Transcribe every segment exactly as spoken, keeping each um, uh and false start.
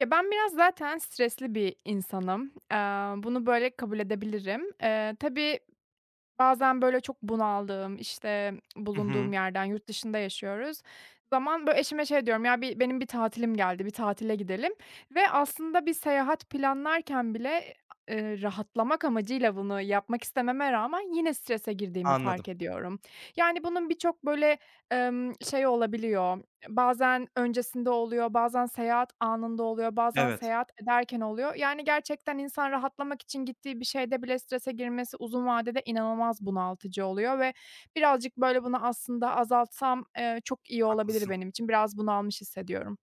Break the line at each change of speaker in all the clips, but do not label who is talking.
Ya, ben biraz zaten stresli bir insanım. Eee, bunu, böyle, kabul edebilirim. Eee, tabii bazen, böyle, çok bunaldığım, işte,
Hı hı.
bulunduğum yerden yurt dışında yaşıyoruz. Zaman, böyle, eşime şey diyorum, "Ya, bir benim bir tatilim geldi, bir tatile gidelim." Ve aslında bir seyahat planlarken bile, eee, rahatlamak amacıyla bunu yapmak istememe rağmen yine strese girdiğimi fark
Anladım.
ediyorum. Yani, bunun birçok, böyle, emm, şeyi olabiliyor. Bazen öncesinde oluyor, bazen seyahat anında oluyor, bazen
Evet,
seyahat ederken oluyor. Yani gerçekten insan rahatlamak için gittiği bir şeyde bile strese girmesi uzun vadede inanılmaz bunaltıcı oluyor ve birazcık, böyle, bunu aslında azaltsam, eee, çok iyi olabilir
haklısın.
benim için. Biraz bunalmış hissediyorum.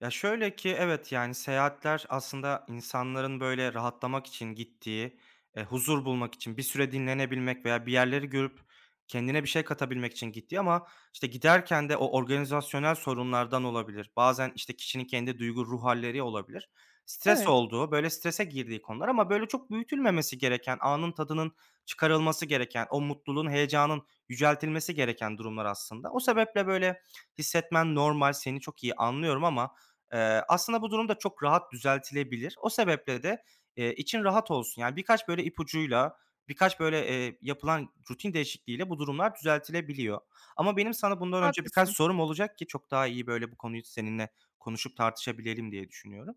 Ya, şöyle ki, evet, yani, seyahatler aslında insanların, böyle, rahatlamak için gittiği, eee, huzur bulmak için, bir süre dinlenebilmek veya bir yerleri görüp kendine bir şey katabilmek için gittiği ama, işte, giderken de o organizasyonel sorunlardan olabilir. Bazen, işte, kişinin kendi duygu, ruh halleri olabilir. Stres
Evet,
olduğu, böyle, strese girdiği konular ama, böyle, çok büyütülmemesi gereken, anın tadının çıkarılması gereken, o mutluluğun, heyecanın yüceltilmesi gereken durumlar aslında. O sebeple, böyle, hissetmen normal, seni çok iyi anlıyorum ama Eee, aslında bu durum da çok rahat düzeltilebilir. O sebeple de, eee, için rahat olsun. Yani, birkaç böyle ipucuyla, birkaç böyle, eee, yapılan rutin değişikliğiyle bu durumlar düzeltilebiliyor. Ama benim sana bundan önce birkaç
haklısın.
sorum olacak ki çok daha iyi böyle bu konuyu seninle konuşup tartışabilelim diye düşünüyorum.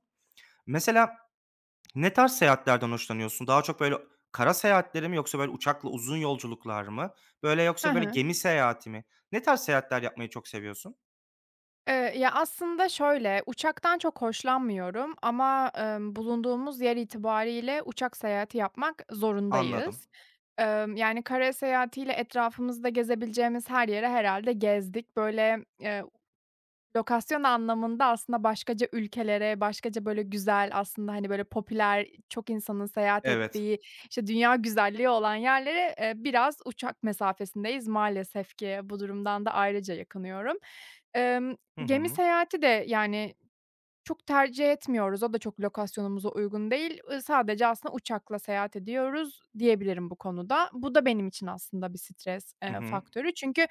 Mesela ne tarz seyahatlerden hoşlanıyorsun? Daha çok böyle kara seyahatleri mi yoksa böyle uçakla uzun yolculuklar mı? Böyle
Hı
yoksa böyle
hı.
gemi seyahati mi? Ne tarz seyahatler yapmayı çok seviyorsun?
Eee, ya, aslında şöyle, uçaktan çok hoşlanmıyorum ama, emm, bulunduğumuz yer itibariyle uçak seyahati yapmak
Anladım.
zorundayız. Emm, yani, kara seyahatiyle etrafımızda gezebileceğimiz her yere herhâlde gezdik. Böyle, eee lokasyon anlamında aslında başkaca ülkelere, başkaca, böyle, güzel aslında, hani, böyle, popüler, çok insanın seyahat
Evet.
ettiği, işte, dünya güzelliği olan yerlere, eee, biraz uçak mesafesindeyiz maalesef ki. Bu durumdan da ayrıca yakınıyorum. Emm,
Hı
gemi
hı.
seyahati de, yani, çok tercih etmiyoruz. O da çok lokasyonumuza uygun değil. Iıı, sadece aslında uçakla seyahat ediyoruz diyebilirim bu konuda. Bu da benim için aslında bir stres,
Hı
eee,
hı.
faktörü. Çünkü,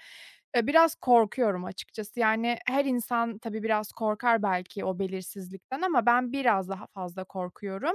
eee, biraz korkuyorum açıkçası. Yani her insan tabii biraz korkar belki o belirsizlikten ama ben biraz daha fazla korkuyorum.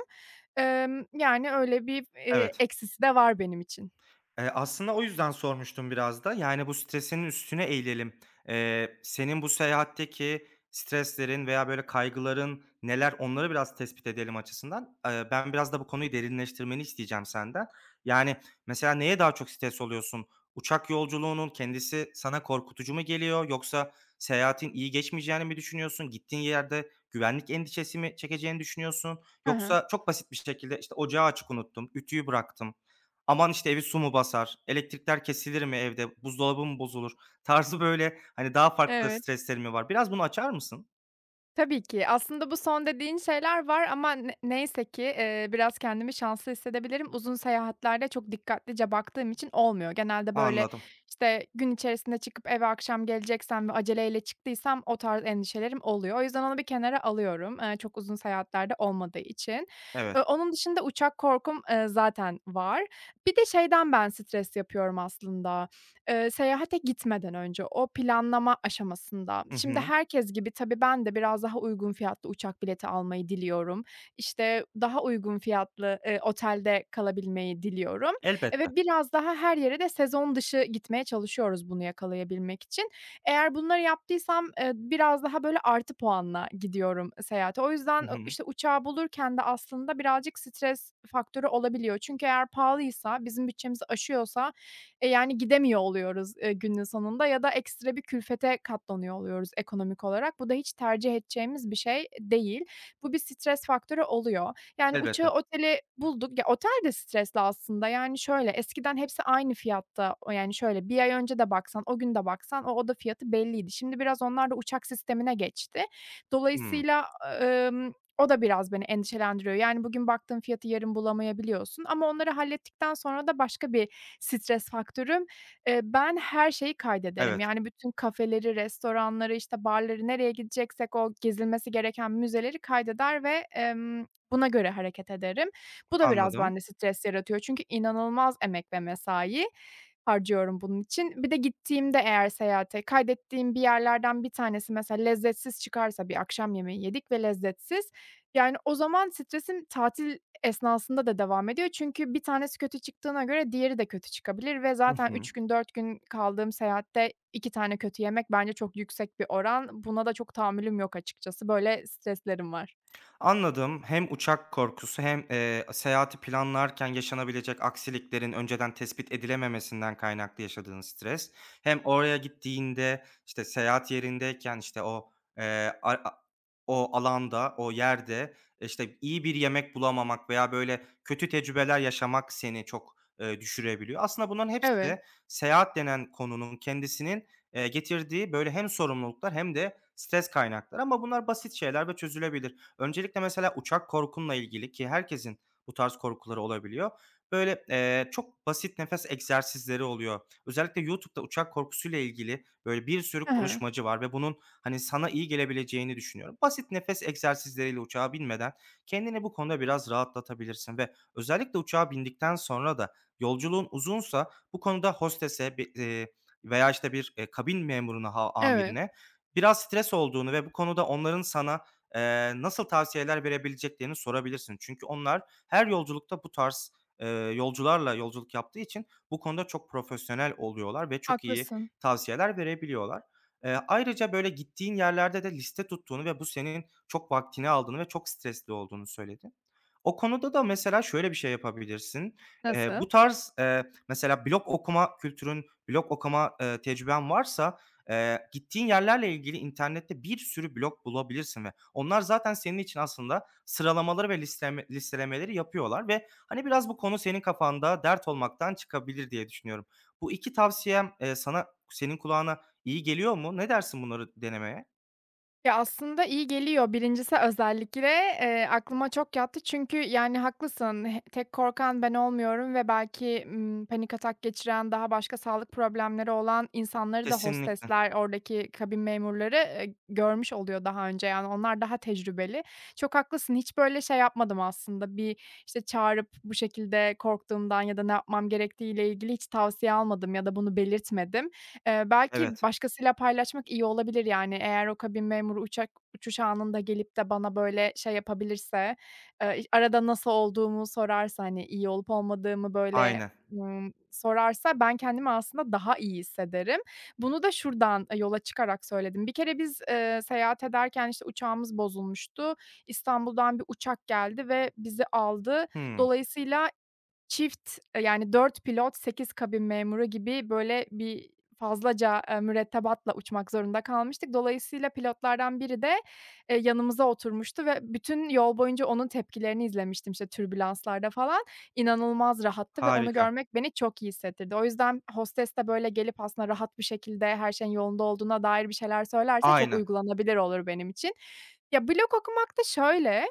Emm, yani öyle bir, eee,
Evet.
eksisi de var benim için.
Eee, aslında o yüzden sormuştum biraz da. Yani, bu stresinin üstüne eğilelim. Eee, senin bu seyahatteki streslerin veya, böyle, kaygıların neler, onları biraz tespit edelim açısından. Eee, ben biraz da bu konuyu derinleştirmeni isteyeceğim senden. Yani, mesela neye daha çok stres oluyorsun? Uçak yolculuğunun kendisi sana korkutucu mu geliyor yoksa seyahatin iyi geçmeyeceğini mi düşünüyorsun? Gittiğin yerde güvenlik endişesi mi çekeceğini düşünüyorsun?
Hı hı.
Yoksa çok basit bir şekilde, işte, ocağı açık unuttum, ütüyü bıraktım. Aman, işte, evi su mu basar, elektrikler kesilir mi evde, buzdolabı mı bozulur tarzı, böyle, hani, daha farklı
Evet.
streslerin mi var? Biraz bunu açar mısın?
Tabii ki. Aslında bu son dediğin şeyler var ama ne neyse ki, eee, biraz kendimi şanslı hissedebilirim. Uzun seyahatlerde çok dikkatlice baktığım için olmuyor. Genelde, böyle,
Anladım.
işte, gün içerisinde çıkıp eve akşam geleceksem ve aceleyle çıktıysam o tarz endişelerim oluyor. O yüzden onu bir kenara alıyorum, eee, çok uzun seyahatlerde olmadığı için.
Evet.
Eee, onun dışında uçak korkum, eee, zaten var. Bir de şeyden ben stres yapıyorum aslında. Eee, seyahate gitmeden önce o planlama aşamasında,
Hı
şimdi
hı.
herkes gibi tabii ben de biraz daha uygun fiyatlı uçak bileti almayı diliyorum. İşte, daha uygun fiyatlı, eee, otelde kalabilmeyi diliyorum, eee,
Elbette.
ve biraz daha her yere de sezon dışı gitmeye çalışıyoruz bunu yakalayabilmek için. Eğer bunları yaptıysam, eee, biraz daha böyle artı puanla gidiyorum seyahate. O yüzden,
Hı
ı
hı.
işte, uçağı bulurken de aslında birazcık stres faktörü olabiliyor. Çünkü eğer pahalıysa, bizim bütçemizi aşıyorsa e, yani gidemiyor oluyoruz, eee, günün sonunda ya da ekstra bir külfete katlanıyor oluyoruz ekonomik olarak. Bu da hiç tercih edeceğimiz bir şey değil. Bu bir stres faktörü oluyor. Yani
Elbette.
uçağı, oteli bulduk. Ya, otel de stresli aslında. Yani şöyle, eskiden hepsi aynı fiyatta. O yani şöyle, bir ay önce de baksan, o gün de baksan o oda fiyatı belliydi. Şimdi biraz onlar da uçak sistemine geçti.
Hımm.
Dolayısıyla, ımm, o da biraz beni endişelendiriyor. Yani bugün baktığın fiyatı yarın bulamayabiliyorsun ama onları hallettikten sonra da başka bir stres faktörüm. Eee, ben her şeyi kaydederim.
Evet.
Yani bütün kafeleri, restoranları, işte, barları, nereye gideceksek o gezilmesi gereken müzeleri kaydeder ve, emm, buna göre hareket ederim. Bu da biraz
Anladım.
bende stres yaratıyor çünkü inanılmaz emek ve mesai harcıyorum bunun için. Bir de gittiğimde eğer seyahate kaydettiğim bir yerlerden bir tanesi mesela lezzetsiz çıkarsa bir akşam yemeği yedik ve lezzetsiz, yani, o zaman stresim tatil esnasında da devam ediyor. Çünkü bir tanesi kötü çıktığına göre diğeri de kötü çıkabilir ve
Hı
zaten
hı.
üç gün, dört gün kaldığım seyahatte iki tane kötü yemek bence çok yüksek bir oran. Buna da çok tahammülüm yok açıkçası. Böyle streslerim var.
Anladım. Hem uçak korkusu hem, eee, seyahati planlarken yaşanabilecek aksiliklerin önceden tespit edilememesinden kaynaklı yaşadığın stres hem oraya gittiğinde, işte, seyahat yerindeyken, işte, o, eee, a a o alanda, o yerde, e, işte, iyi bir yemek bulamamak veya, böyle, kötü tecrübeler yaşamak seni çok, eee, düşürebiliyor. Aslında bunların
Evet.
hepsi seyahat denen konunun kendisinin, eee, getirdiği, böyle, hem sorumluluklar hem de stres kaynakları ama bunlar basit şeyler ve çözülebilir. Öncelikle mesela uçak korkunla ilgili ki herkesin bu tarz korkuları olabiliyor. Böyle, eee, çok basit nefes egzersizleri oluyor. Özellikle YouTube'da uçak korkusuyla ilgili böyle bir sürü
Hı hı.
konuşmacı var ve bunun, hani, sana iyi gelebileceğini düşünüyorum. Basit nefes egzersizleriyle uçağa binmeden kendini bu konuda biraz rahatlatabilirsin ve özellikle uçağa bindikten sonra da yolculuğun uzunsa bu konuda hostese bi eee, veya, işte, bir, eee, kabin memuruna, ha
Evet.
amirine biraz stres olduğunu ve bu konuda onların sana Eee, nasıl tavsiyeler verebileceklerini sorabilirsin. Çünkü onlar her yolculukta bu tarz, eee, yolcularla yolculuk yaptığı için bu konuda çok profesyonel oluyorlar ve çok iyi
Haklısın.
tavsiyeler verebiliyorlar. Eee, ayrıca böyle gittiğin yerlerde de liste tuttuğunu ve bu senin çok vaktini aldığını ve çok stresli olduğunu söyledin. O konuda da mesela şöyle bir şey yapabilirsin. Eee,
Nasıl?
bu tarz, eee, mesela blog okuma kültürün, blog okuma, eee, tecrüben varsa Eee, gittiğin yerlerle ilgili internette bir sürü blog bulabilirsin ve onlar zaten senin için aslında sıralamaları ve listeleme listelemeleri yapıyorlar ve, hani, biraz bu konu senin kafanda dert olmaktan çıkabilir diye düşünüyorum. Bu iki tavsiyem, eee, sana senin kulağına iyi geliyor mu? Ne dersin bunları denemeye?
Ya, aslında iyi geliyor. Birincisi özellikle, eee, aklıma çok yattı çünkü, yani, haklısın. He tek korkan ben olmuyorum ve belki, ımm, panik atak geçiren, daha başka sağlık problemleri olan insanları da
Kesinlikle.
hostesler, oradaki kabin memurları, eee, görmüş oluyor daha önce. Yani, onlar daha tecrübeli. Çok haklısın. Hiç böyle şey yapmadım aslında. Bir, işte, çağırıp bu şekilde korktuğumdan ya da ne yapmam gerektiğiyle ilgili hiç tavsiye almadım ya da bunu belirtmedim. Eee, belki
Evet.
başkasıyla paylaşmak iyi olabilir, yani, eğer o kabin memuru uçak uçuş anında gelip de bana, böyle, şey yapabilirse, eee, iş arada nasıl olduğumu sorarsa, hani, iyi olup olmadığımı, böyle,
Aynen.
ımm, sorarsa ben kendimi aslında daha iyi hissederim. Bunu da şuradan, yola çıkarak söyledim. Bir kere biz, eee, seyahat ederken, işte, uçağımız bozulmuştu. İstanbul'dan bir uçak geldi ve bizi aldı.
Hımm.
Dolayısıyla çift, eee, yani dört pilot, sekiz kabin memuru gibi böyle bir fazlaca, eee, mürettebatla uçmak zorunda kalmıştık. Dolayısıyla pilotlardan biri de, eee, yanımıza oturmuştu ve bütün yol boyunca onun tepkilerini izlemiştim, işte, türbülanslarda falan. İnanılmaz rahattı ve onu
Harika.
görmek beni çok iyi hissettirdi. O yüzden hostes de böyle gelip aslında rahat bir şekilde her şeyin yolunda olduğuna dair bir şeyler söylerse çok
Aynen.
uygulanabilir olur benim için. Ya, blog okumak da şöyle,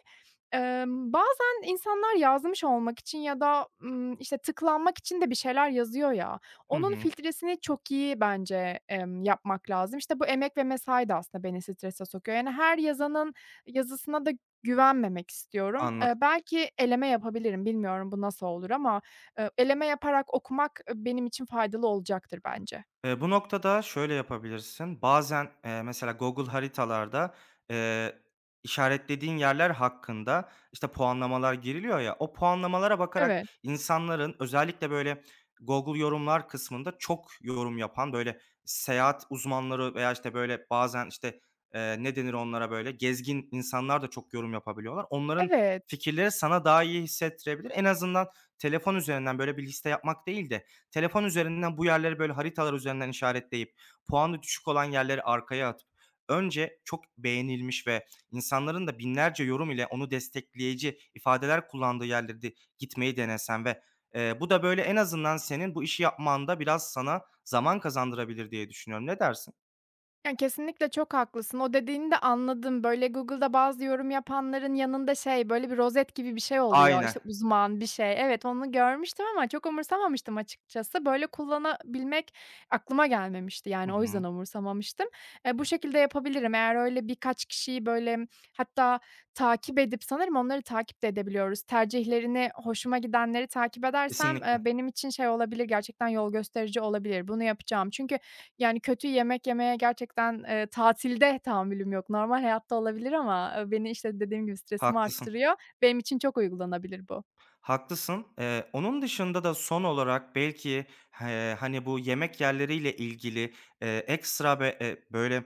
Emm, bazen insanlar yazmış olmak için ya da, ımm, işte, tıklanmak için de bir şeyler yazıyor ya,
Hı
onun
hı.
filtresini çok iyi bence, emm, yapmak lazım. İşte, bu emek ve mesai de aslında beni strese sokuyor. Yani, her yazanın yazısına da güvenmemek istiyorum. Eee,
Anladım.
belki eleme yapabilirim. Bilmiyorum bu nasıl olur ama, eee, eleme yaparak okumak, eee, benim için faydalı olacaktır bence.
Eee, bu noktada şöyle yapabilirsin. Bazen, eee, mesela Google haritalarda, eee, işaretlediğin yerler hakkında, işte, puanlamalar giriliyor ya, o puanlamalara bakarak
Evet,
insanların özellikle, böyle, Google yorumlar kısmında çok yorum yapan, böyle, seyahat uzmanları veya, işte, böyle, bazen, işte, eee, ne denir onlara, böyle, gezgin insanlar da çok yorum yapabiliyorlar. Onların
evet.
fikirleri sana daha iyi hissettirebilir. En azından telefon üzerinden, böyle, bir liste yapmak değil de telefon üzerinden bu yerleri böyle haritalar üzerinden işaretleyip puanı düşük olan yerleri arkaya atıp önce çok beğenilmiş ve insanların da binlerce yorum ile onu destekleyici ifadeler kullandığı yerlere de gitmeyi denesen ve, eee, bu da böyle en azından senin bu işi yapmanda biraz sana zaman kazandırabilir diye düşünüyorum. Ne dersin?
Yani, kesinlikle çok haklısın. O dediğini de anladım. Böyle, Google'da bazı yorum yapanların yanında şey, böyle, bir rozet gibi bir şey oluyor.
Aynen.
İşte, uzman bir şey. Evet, onu görmüştüm ama çok umursamamıştım açıkçası. Böyle kullanabilmek aklıma gelmemişti.
Hı
Yani, o yüzden
hı.
umursamamıştım. Eee, bu şekilde yapabilirim. Eğer öyle birkaç kişiyi, böyle, hatta takip edip sanırım onları takip de edebiliyoruz. Tercihlerini, hoşuma gidenleri takip edersem, eee,
Kesinlikle.
benim için şey olabilir, gerçekten yol gösterici olabilir. Bunu yapacağım. Çünkü yani, kötü yemek yemeye gerçekten, eee, tatilde tahammülüm yok. Normal hayatta olabilir ama, eee, beni, işte, dediğim gibi stresimi
Haklısın.
arttırıyor. Benim için çok uygulanabilir bu.
Haklısın. Eee, onun dışında da son olarak belki, eee, hani, bu yemek yerleriyle ilgili, eee, ekstra be eee, böyle,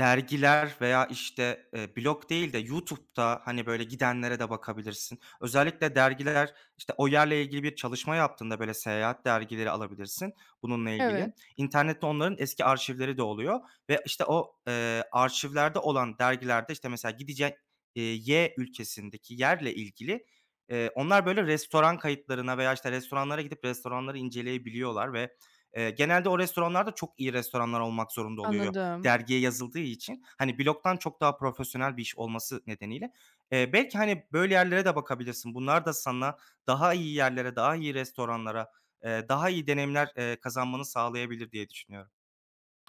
dergiler veya, işte, eee, blog değil de YouTube'da, hani, böyle, gidenlere de bakabilirsin. Özellikle dergiler, işte, o yerle ilgili bir çalışma yaptığında, böyle, seyahat dergileri alabilirsin bununla ilgili.
Evet,
İnternette onların eski arşivleri de oluyor ve, işte, o, eee, arşivlerde olan dergilerde, işte, mesela gideceğin, eee, Y ülkesindeki yerle ilgili, eee, onlar, böyle, restoran kayıtlarına veya, işte, restoranlara gidip restoranları inceleyebiliyorlar ve, eee, genelde o restoranlarda çok iyi restoranlar olmak zorunda oluyor
anladım.
dergiye yazıldığı için, hani, blogdan çok daha profesyonel bir iş olması nedeniyle, eee, belki, hani, böyle yerlere de bakabilirsin. Bunlar da sana daha iyi yerlere, daha iyi restoranlara, eee, daha iyi deneyimler, eee, kazanmanı sağlayabilir diye düşünüyorum.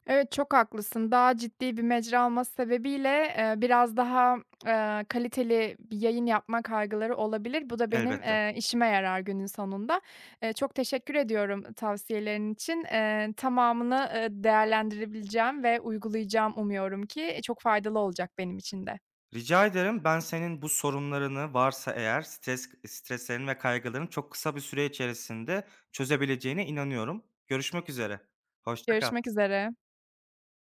Evet, çok haklısın. Daha ciddi bir mecra olması sebebiyle, eee, biraz daha, eee, kaliteli bir yayın yapma kaygıları olabilir. Bu da benim,
Elbette.
eee, işime yarar günün sonunda. Eee, çok teşekkür ediyorum tavsiyelerin için. Eee, tamamını, eee, değerlendirebileceğim ve uygulayacağım umuyorum ki. Eee, çok faydalı olacak benim için de.
Rica ederim. Ben senin bu sorunlarını varsa eğer stres streslerin ve kaygılarını çok kısa bir süre içerisinde çözebileceğine inanıyorum. Görüşmek üzere. Hoşça
Görüşmek
kal.
üzere.